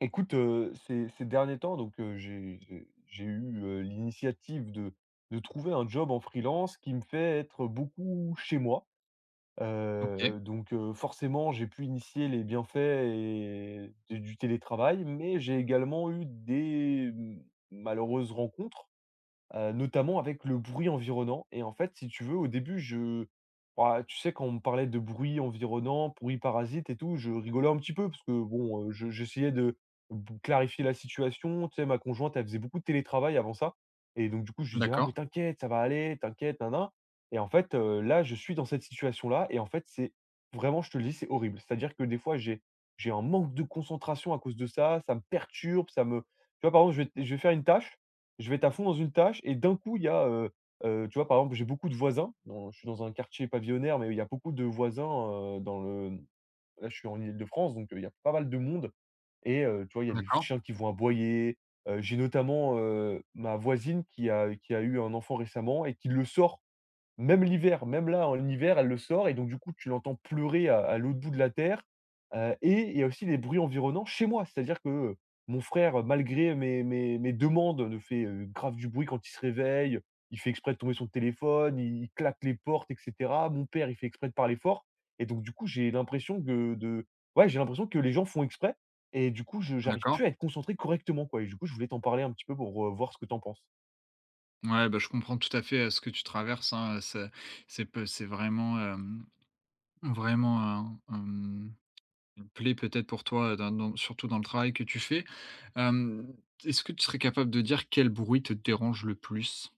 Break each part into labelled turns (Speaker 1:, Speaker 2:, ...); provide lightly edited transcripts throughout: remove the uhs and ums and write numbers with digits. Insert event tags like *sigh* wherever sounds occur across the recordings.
Speaker 1: Écoute, ces derniers temps, donc j'ai eu, l'initiative de trouver un job en freelance qui me fait être beaucoup chez moi.
Speaker 2: OK,
Speaker 1: Donc forcément, j'ai pu initier les bienfaits et de du télétravail, mais j'ai également eu des, malheureuses rencontres, notamment avec le bruit environnant et en fait, si tu veux, au début, je bah, tu sais, quand on me parlait de bruit environnant, bruit parasite et tout, je rigolais un petit peu parce que bon, je j'essayais de b clarifier la situation. Tu sais, ma conjointe, elle faisait beaucoup de télétravail avant ça et donc du coup, je lui disais: «Ah mais
Speaker 2: d'accord,
Speaker 1: t'inquiète, ça va aller, t'inquiète, nin Et en fait, là, je suis dans cette situation-là et en fait, c'est vraiment, je te le dis, c'est horrible. C'est-à-dire que des fois, j'ai un manque de concentration à cause de ça, ça me perturbe, ça me tu vois, par exemple, je vais faire une tâche je vais être à fond dans une tâche et d'un coup, il y a, tu vois, par exemple, j'ai beaucoup de voisins dans je suis dans un quartier pavillonnaire, mais il y a beaucoup de voisins, dans le là, je suis en Île-de-France, donc il y a pas mal de monde et tu vois, il y a des
Speaker 2: d'accord,
Speaker 1: chiens qui vont aboyer. J'ai notamment, ma voisine qui a eu un enfant récemment et qui le sort même l'hiver, même là, en hiver, elle le sort et donc du coup, tu l'entends pleurer à l'autre bout de la terre, et il y a aussi les bruits environnants chez moi. C'est-à-dire que, mon frère, malgré mes demandes, ne fait, grave du bruit quand il se réveille. Il fait exprès de tomber son téléphone, il claque les portes et cetera. Mon père, il fait exprès de parler fort et donc du coup, j'ai l'impression que de ouais, j'ai l'impression que les gens font exprès et du coup, je j'arrive plus
Speaker 2: d'accord.
Speaker 1: à être concentré correctement, quoi. Et du coup, je voulais t'en parler un petit peu pour, voir ce que t'en penses.
Speaker 2: Ouais, bah, je comprends tout à fait, ce que tu traverses, hein, c'est peu c'est vraiment, vraiment un une plaie peut-être pour toi, dans surtout dans le travail que tu fais. Hem, Est-ce que tu serais capable de dire quel bruit te dérange le plus?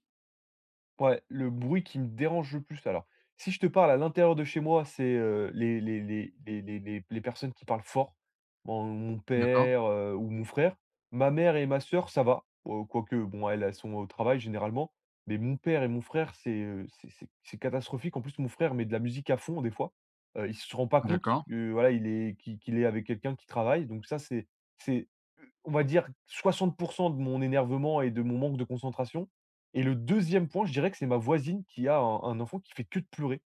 Speaker 1: Ouais, le bruit qui me dérange le plus, alors, si je te parle à l'intérieur de chez moi, c'est, les personnes qui parlent fort, mon
Speaker 2: D'accord,
Speaker 1: père, ou mon frère. Ma mère et ma sœur, ça va, quoique bon, elles, elles sont au travail généralement, mais mon père et mon frère, c'est, c'est catastrophique. En plus, mon frère met de la musique à fond des fois, il se rend pas compte
Speaker 2: d'accord,
Speaker 1: que voilà, il est qu'il qu'il est avec quelqu'un qui travaille, donc ça, c'est, on va dire 60 de mon énervement et de mon manque de concentration. Et le deuxième point, je dirais que c'est ma voisine qui a un enfant qui fait que de pleurer,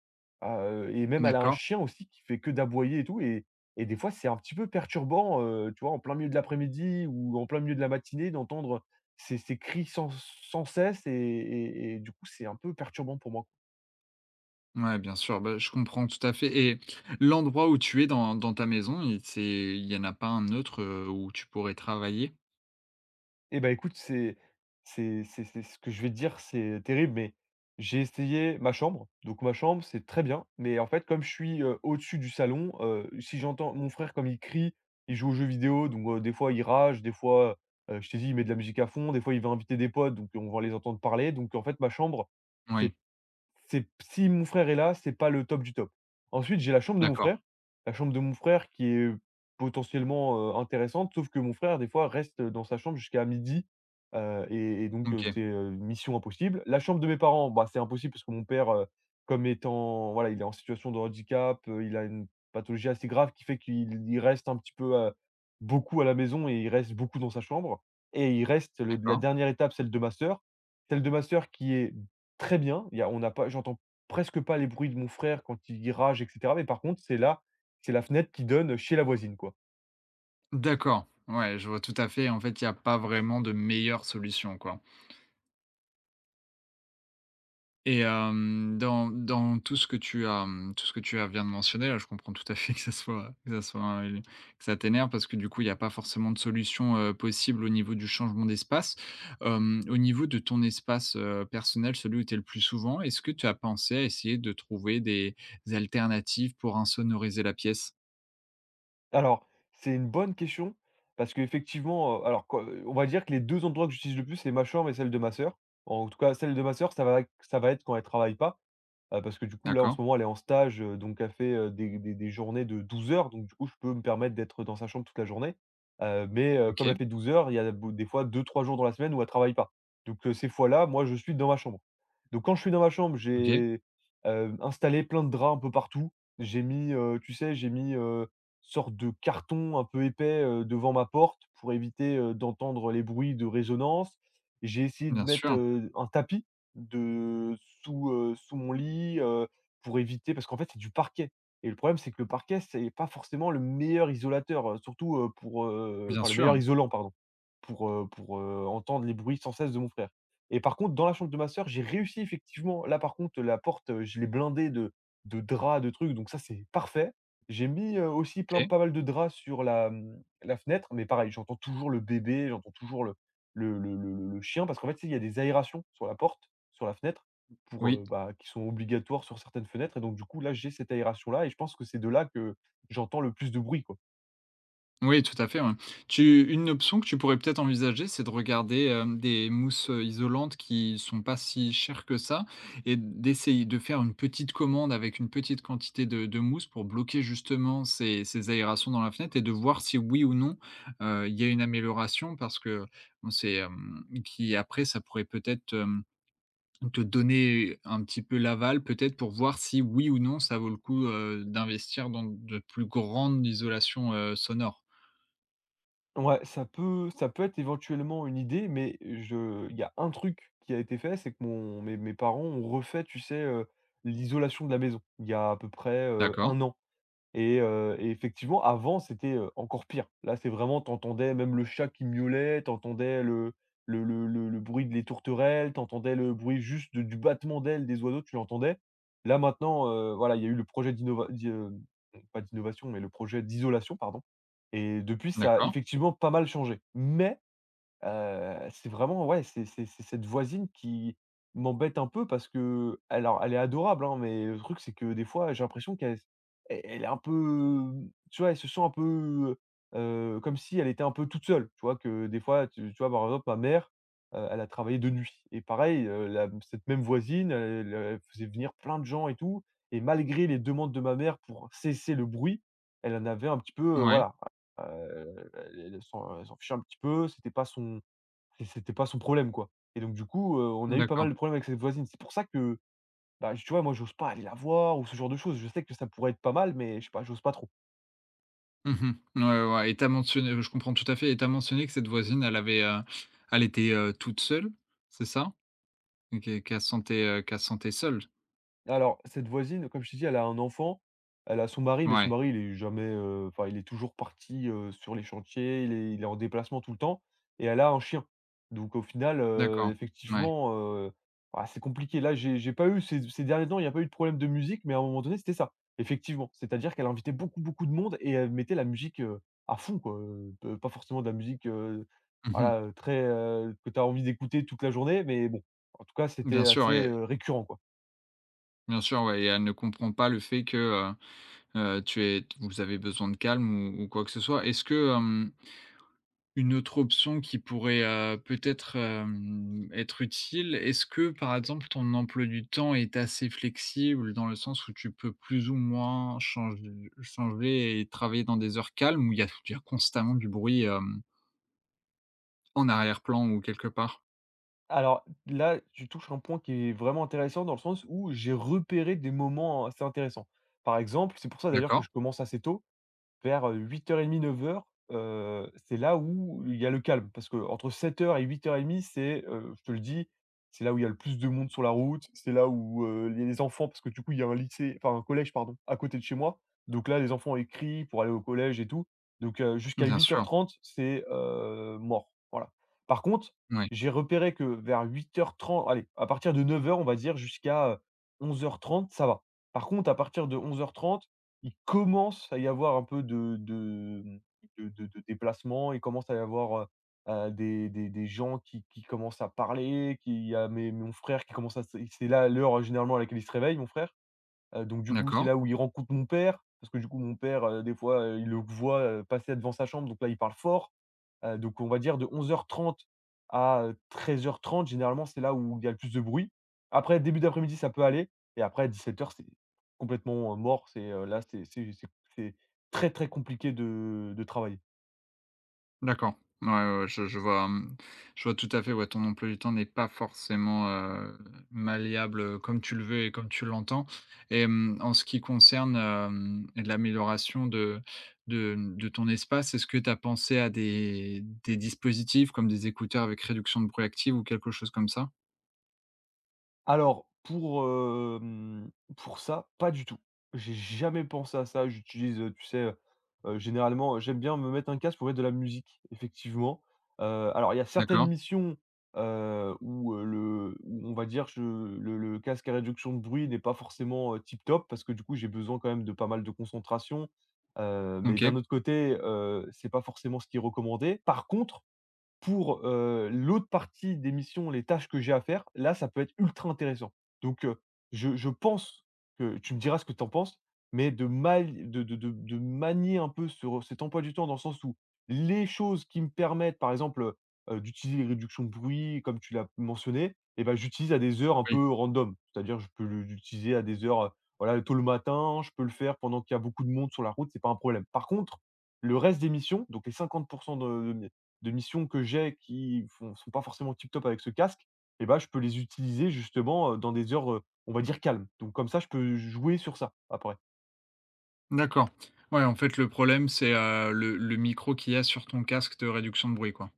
Speaker 1: et même elle a un
Speaker 2: d'accord.
Speaker 1: chien aussi qui fait que d'aboyer et tout et des fois, c'est un petit peu perturbant, tu vois, en plein milieu de l'après-midi ou en plein milieu de la matinée, d'entendre ces cris sans cesse et du coup, c'est un peu perturbant pour moi.
Speaker 2: Ouais, bien sûr, bah, je comprends tout à fait et l'endroit où tu es dans ta maison, il y en a pas un autre, où tu pourrais travailler?
Speaker 1: Eh ben écoute, c'est ce que je vais te dire, c'est terrible, mais j'ai essayé ma chambre. Donc ma chambre, c'est très bien, mais en fait, comme je suis, au-dessus du salon, si j'entends mon frère comme il crie, il joue aux jeux vidéo, donc des fois il rage, des fois, je t'ai dit, il met de la musique à fond, des fois il va inviter des potes, donc on va les entendre parler. Donc en fait, ma chambre, c'est
Speaker 2: Oui,
Speaker 1: c'est si mon frère est là, c'est pas le top du top. Ensuite, j'ai la chambre de mon
Speaker 2: d'accord,
Speaker 1: frère. La chambre de mon frère qui est potentiellement, intéressante, sauf que mon frère, des fois, reste dans sa chambre jusqu'à midi et donc,
Speaker 2: OK,
Speaker 1: c'est, mission impossible. La chambre de mes parents, bah, c'est impossible parce que mon père, comme étant voilà, il est en situation de handicap, il a une pathologie assez grave qui fait qu'il il reste un petit peu, beaucoup à la maison et il reste beaucoup dans sa chambre et il reste le la
Speaker 2: d'accord.
Speaker 1: dernière étape, celle de ma sœur. Celle de ma sœur qui est très bien. Il y a on n'a pas J'entends presque pas les bruits de mon frère quand il rage et cetera, mais par contre, c'est là, c'est la fenêtre qui donne chez la voisine, quoi.
Speaker 2: D'accord, ouais, je vois tout à fait. En fait, il y a pas vraiment de meilleure solution, quoi. Et dans tout ce que tu as, mmh, tout ce que tu as viens de mentionner, là, je comprends tout à fait *laughs* que ça soit un que ça t'énerve parce que, du coup, il y a pas forcément de solution, possible au niveau du changement d'espace. Au niveau de ton espace, personnel, celui où tu es le plus souvent, est-ce que tu as pensé à essayer de trouver des alternatives pour insonoriser la pièce?
Speaker 1: Alors, c'est une bonne question parce qu'effectivement, alors que, on va dire que les 2 endroits que j'utilise le plus, c'est ma chambre et celle de ma sœur. En tout cas, celle de ma sœur, ça va être quand elle travaille pas. Parce que du coup, là, en
Speaker 2: D'accord,
Speaker 1: ce moment, elle est en stage, donc elle fait, des journées de 12 heures, donc du coup, je peux me permettre d'être dans sa chambre toute la journée. Mais comme
Speaker 2: OK,
Speaker 1: elle fait 12 heures, il y a beau des fois deux trois jours dans la semaine où elle travaille pas. Donc ces fois-là, moi, je suis dans ma chambre. Donc quand je suis dans ma chambre,
Speaker 2: OK,
Speaker 1: j'ai, installé plein de draps un peu partout. J'ai mis, tu sais, j'ai mis, sorte de carton un peu épais, devant ma porte pour éviter, d'entendre les bruits de résonance. J'ai essayé de
Speaker 2: bien
Speaker 1: mettre,
Speaker 2: sûr,
Speaker 1: un tapis de sous, sous mon lit, pour éviter parce qu'en fait, c'est du parquet et le problème, c'est que le parquet, c'est pas forcément le meilleur isolateur, surtout,
Speaker 2: bien
Speaker 1: enfin, le
Speaker 2: sûr,
Speaker 1: meilleur isolant, pardon, pour, entendre les bruits sans cesse de mon frère. Et par contre, dans la chambre de ma sœur, j'ai réussi effectivement là, par contre, la porte, je l'ai blindée de draps, de trucs, donc ça, c'est parfait. J'ai mis, aussi plein
Speaker 2: OK,
Speaker 1: pas mal de draps sur la fenêtre, mais pareil, j'entends toujours le bébé, j'entends toujours le chien parce qu'en fait, tu sais, il y a des aérations sur la fenêtre pour,
Speaker 2: oui.
Speaker 1: bah, qui sont obligatoires sur certaines fenêtres et donc du coup, là, j'ai cette aération-là et je pense que c'est de là que j'entends le plus de bruit, quoi.
Speaker 2: Oui, tout à fait, ouais. Tu une option que tu pourrais peut-être envisager, c'est de regarder, des mousses, isolantes qui sont pas si chères que ça et d'essayer de faire une petite commande avec une petite quantité de mousse pour bloquer justement ces aérations dans la fenêtre et de voir si oui ou non, il y a une amélioration parce que bon, c'est, qui après ça pourrait peut-être, te donner un petit peu l'aval peut-être pour voir si oui ou non ça vaut le coup, d'investir dans de plus grandes isolations, sonores.
Speaker 1: Ouais, ça peut être éventuellement une idée, mais je il y a un truc qui a été fait, c'est que mon mes mes parents ont refait, tu sais, l'isolation de la maison, il y a à peu près,
Speaker 2: D'accord.
Speaker 1: 1 an. Et effectivement, avant, c'était, encore pire. Là, c'est vraiment t'entendais même le chat qui miaulait, t'entendais le bruit des tourterelles, t'entendais le bruit juste de du battement d'ailes des oiseaux, tu l'entendais. Là, maintenant, voilà, il y a eu le projet d'innova pas d'innovation, mais le projet d'isolation, pardon, et depuis, ça a
Speaker 2: D'accord,
Speaker 1: effectivement pas mal changé. Mais c'est vraiment ouais, c'est cette voisine qui m'embête un peu parce que alors elle est adorable, hein, mais le truc, c'est que des fois j'ai l'impression qu'elle s elle elle est un peu, tu vois, elle se sent un peu, comme si elle était un peu toute seule, tu vois? Que des fois tu vois, par exemple ma mère, elle a travaillé de nuit et pareil, la cette même voisine, elle elle faisait venir plein de gens et tout et malgré les demandes de ma mère pour cesser le bruit, elle en avait un petit peu,
Speaker 2: ouais,
Speaker 1: voilà, elle s'en fichait un petit peu, c'était pas son, et c'était pas son problème, quoi. Et donc du coup, on a eu pas mal
Speaker 2: d'accord.
Speaker 1: de problèmes avec cette voisine. C'est pour ça que, bah, tu vois, moi j'ose pas aller la voir ou ce genre de choses. Je sais que ça pourrait être pas mal, mais je sais pas, j'ose pas trop.
Speaker 2: Mmh. Ouais, ouais, ouais et tu as mentionné je comprends tout à fait et tu as mentionné que cette voisine, elle avait, elle était, toute seule, c'est ça? Et qu'elle se sentait, qu'elle se sentait seule?
Speaker 1: Alors, cette voisine, comme je t'ai dit, elle a un enfant, elle a son mari, mais son
Speaker 2: Ouais,
Speaker 1: mari, il est jamais, enfin, il est toujours parti, sur les chantiers, il est en déplacement tout le temps et elle a un chien. Donc au final,
Speaker 2: d'accord, ouais.
Speaker 1: effectivement, heu, ah, c'est compliqué. Là, j'ai pas eu ces derniers temps, il n'y a pas eu de problème de musique, mais à un moment donné, c'était ça, effectivement. C'est-à-dire qu'elle invitait beaucoup, beaucoup de monde et elle mettait la musique, à fond, quoi, p pas forcément de la musique,
Speaker 2: Mmh.
Speaker 1: voilà, très, que tu as envie d'écouter toute la journée, mais bon, en tout cas,
Speaker 2: Bien
Speaker 1: c'était
Speaker 2: sûr
Speaker 1: assez,
Speaker 2: et
Speaker 1: récurrent, quoi.
Speaker 2: bien sûr, ouais et elle ne comprend pas le fait que, tu es, vous avez besoin de calme ou quoi que ce soit. Est-ce que, une autre option qui pourrait, peut-être, être utile, est-ce que, par exemple, ton emploi du temps est assez flexible dans le sens où tu peux plus ou moins changer et travailler dans des heures calmes où il y a constamment du bruit, en arrière-plan ou quelque part?
Speaker 1: Alors là, tu touches un point qui est vraiment intéressant dans le sens où j'ai repéré des moments assez intéressants. Par exemple, c'est pour ça d'ailleurs que
Speaker 2: D'accord,
Speaker 1: je commence assez tôt, vers, huit heures 08:30, 09:00, c'est là où il y a le calme parce que entre 7h et 08:30, je te le dis, c'est là où il y a le plus de monde sur la route, c'est là où, les enfants parce que du coup, il y a un lycée enfin un collège pardon, à côté de chez moi. Donc là, les enfants, ils crient pour aller au collège et tout. Donc jusqu'à
Speaker 2: bien
Speaker 1: huit heures
Speaker 2: sûr,
Speaker 1: trente c'est, mort, voilà. Par contre,
Speaker 2: oui,
Speaker 1: j'ai repéré que vers 8h30 allez, à partir de 9h on va dire jusqu'à, 11h30 ça va. Par contre, à partir de 11h30 il commence à y avoir un peu de, mmh, de déplacement, il commence à y avoir, des gens qui commencent à parler, qui il y a mes mon frère qui commence à se c'est là l'heure généralement à laquelle il se réveille, mon frère. Donc du coup, c'est
Speaker 2: d'accord.
Speaker 1: là où il rencontre mon père, parce que du coup, mon père, des fois, il le voit, passer devant sa chambre, donc là, il parle fort. Donc on va dire de 11h30 à, 13h30 généralement, c'est là où il y a le plus de bruit. Après, début d'après-midi, ça peut aller et après 17h c'est complètement, mort. C'est, là, c'est très, très compliqué de travailler.
Speaker 2: D'accord. Ouais, ouais, ouais, je vois, je vois tout à fait, ouais, ton emploi du temps n'est pas forcément, malléable, comme tu le veux et comme tu l'entends et en ce qui concerne, l'amélioration de de ton espace, est-ce que tu as pensé à des dispositifs comme des écouteurs avec réduction de bruit active ou quelque chose comme ça?
Speaker 1: Alors pour ça, pas du tout. J'ai jamais pensé à ça. Tu sais, généralement, j'aime bien me mettre un casque pour mettre de la musique, effectivement. Alors il y a certaines
Speaker 2: D'accord,
Speaker 1: missions, où, le où on va dire je le casque à réduction de bruit n'est pas forcément, tip top parce que du coup j'ai besoin quand même de pas mal de concentration. Mais
Speaker 2: OK,
Speaker 1: d'un autre côté, c'est pas forcément ce qui est recommandé. Par contre, pour, l'autre partie des missions, les tâches que j'ai à faire, là, ça peut être ultra intéressant. Donc, je pense que tu me diras ce que tu en penses, mais de mal de manier un peu ce cet emploi du temps dans le sens où les choses qui me permettent, par exemple, d'utiliser les réductions de bruit comme tu l'as mentionné et ben, j'utilise à des heures un
Speaker 2: oui.
Speaker 1: peu random. C'est-à-dire je peux le l'utiliser à des heures, voilà, tôt le matin, je peux le faire pendant qu'il y a beaucoup de monde sur la route, c'est pas un problème. Par contre, le reste des missions, donc les 50 de missions que j'ai qui font sont pas forcément tip top avec ce casque et ben je peux les utiliser justement, dans des heures, on va dire calmes. Donc comme ça, je peux jouer sur ça, après.
Speaker 2: D'accord. Ouais, en fait, le problème, c'est, le micro qu'il y a sur ton casque de réduction de bruit, quoi?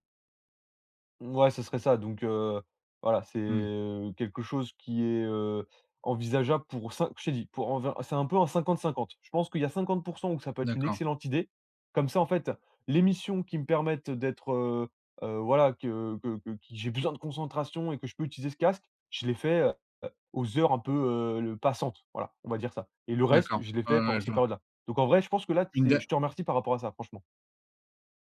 Speaker 1: Ouais, ce serait ça. Donc voilà, c'est,
Speaker 2: Mmh.
Speaker 1: quelque chose qui est, envisageable pour cin je t'ai dit, pour enver c'est un peu un 50-50. Je pense qu'il y a 50 où ça peut être une
Speaker 2: D'accord,
Speaker 1: excellente idée. Comme ça, en fait, les missions qui me permettent d'être, voilà, que qui j'ai besoin de concentration et que je peux utiliser ce casque, je les fais, aux heures un peu, le passantes. Voilà, on va dire ça. Et le reste,
Speaker 2: d'accord.
Speaker 1: je les
Speaker 2: Ouais,
Speaker 1: fais
Speaker 2: ouais,
Speaker 1: pendant ces
Speaker 2: je vois.
Speaker 1: périodes-là. Donc en vrai, je pense que là,
Speaker 2: Une
Speaker 1: c'est
Speaker 2: de
Speaker 1: je te remercie par rapport à ça, franchement.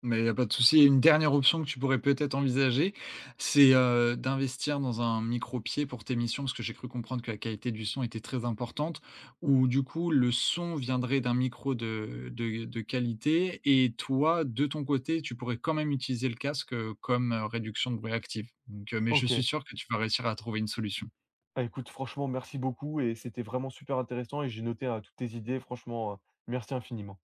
Speaker 2: Mais il n'y a pas de souci. Et une dernière option que tu pourrais peut-être envisager, c'est, d'investir dans un micro pied pour tes missions, parce que j'ai cru comprendre que la qualité du son était très importante, où du coup le son viendrait d'un micro de qualité et toi, de ton côté, tu pourrais quand même utiliser le casque, comme, réduction de bruit active. Donc, mais je suis
Speaker 1: OK.
Speaker 2: sûr que tu vas réussir à trouver une solution.
Speaker 1: Ah, écoute, franchement, merci beaucoup et c'était vraiment super intéressant et j'ai noté, toutes tes idées. Franchement, merci infiniment.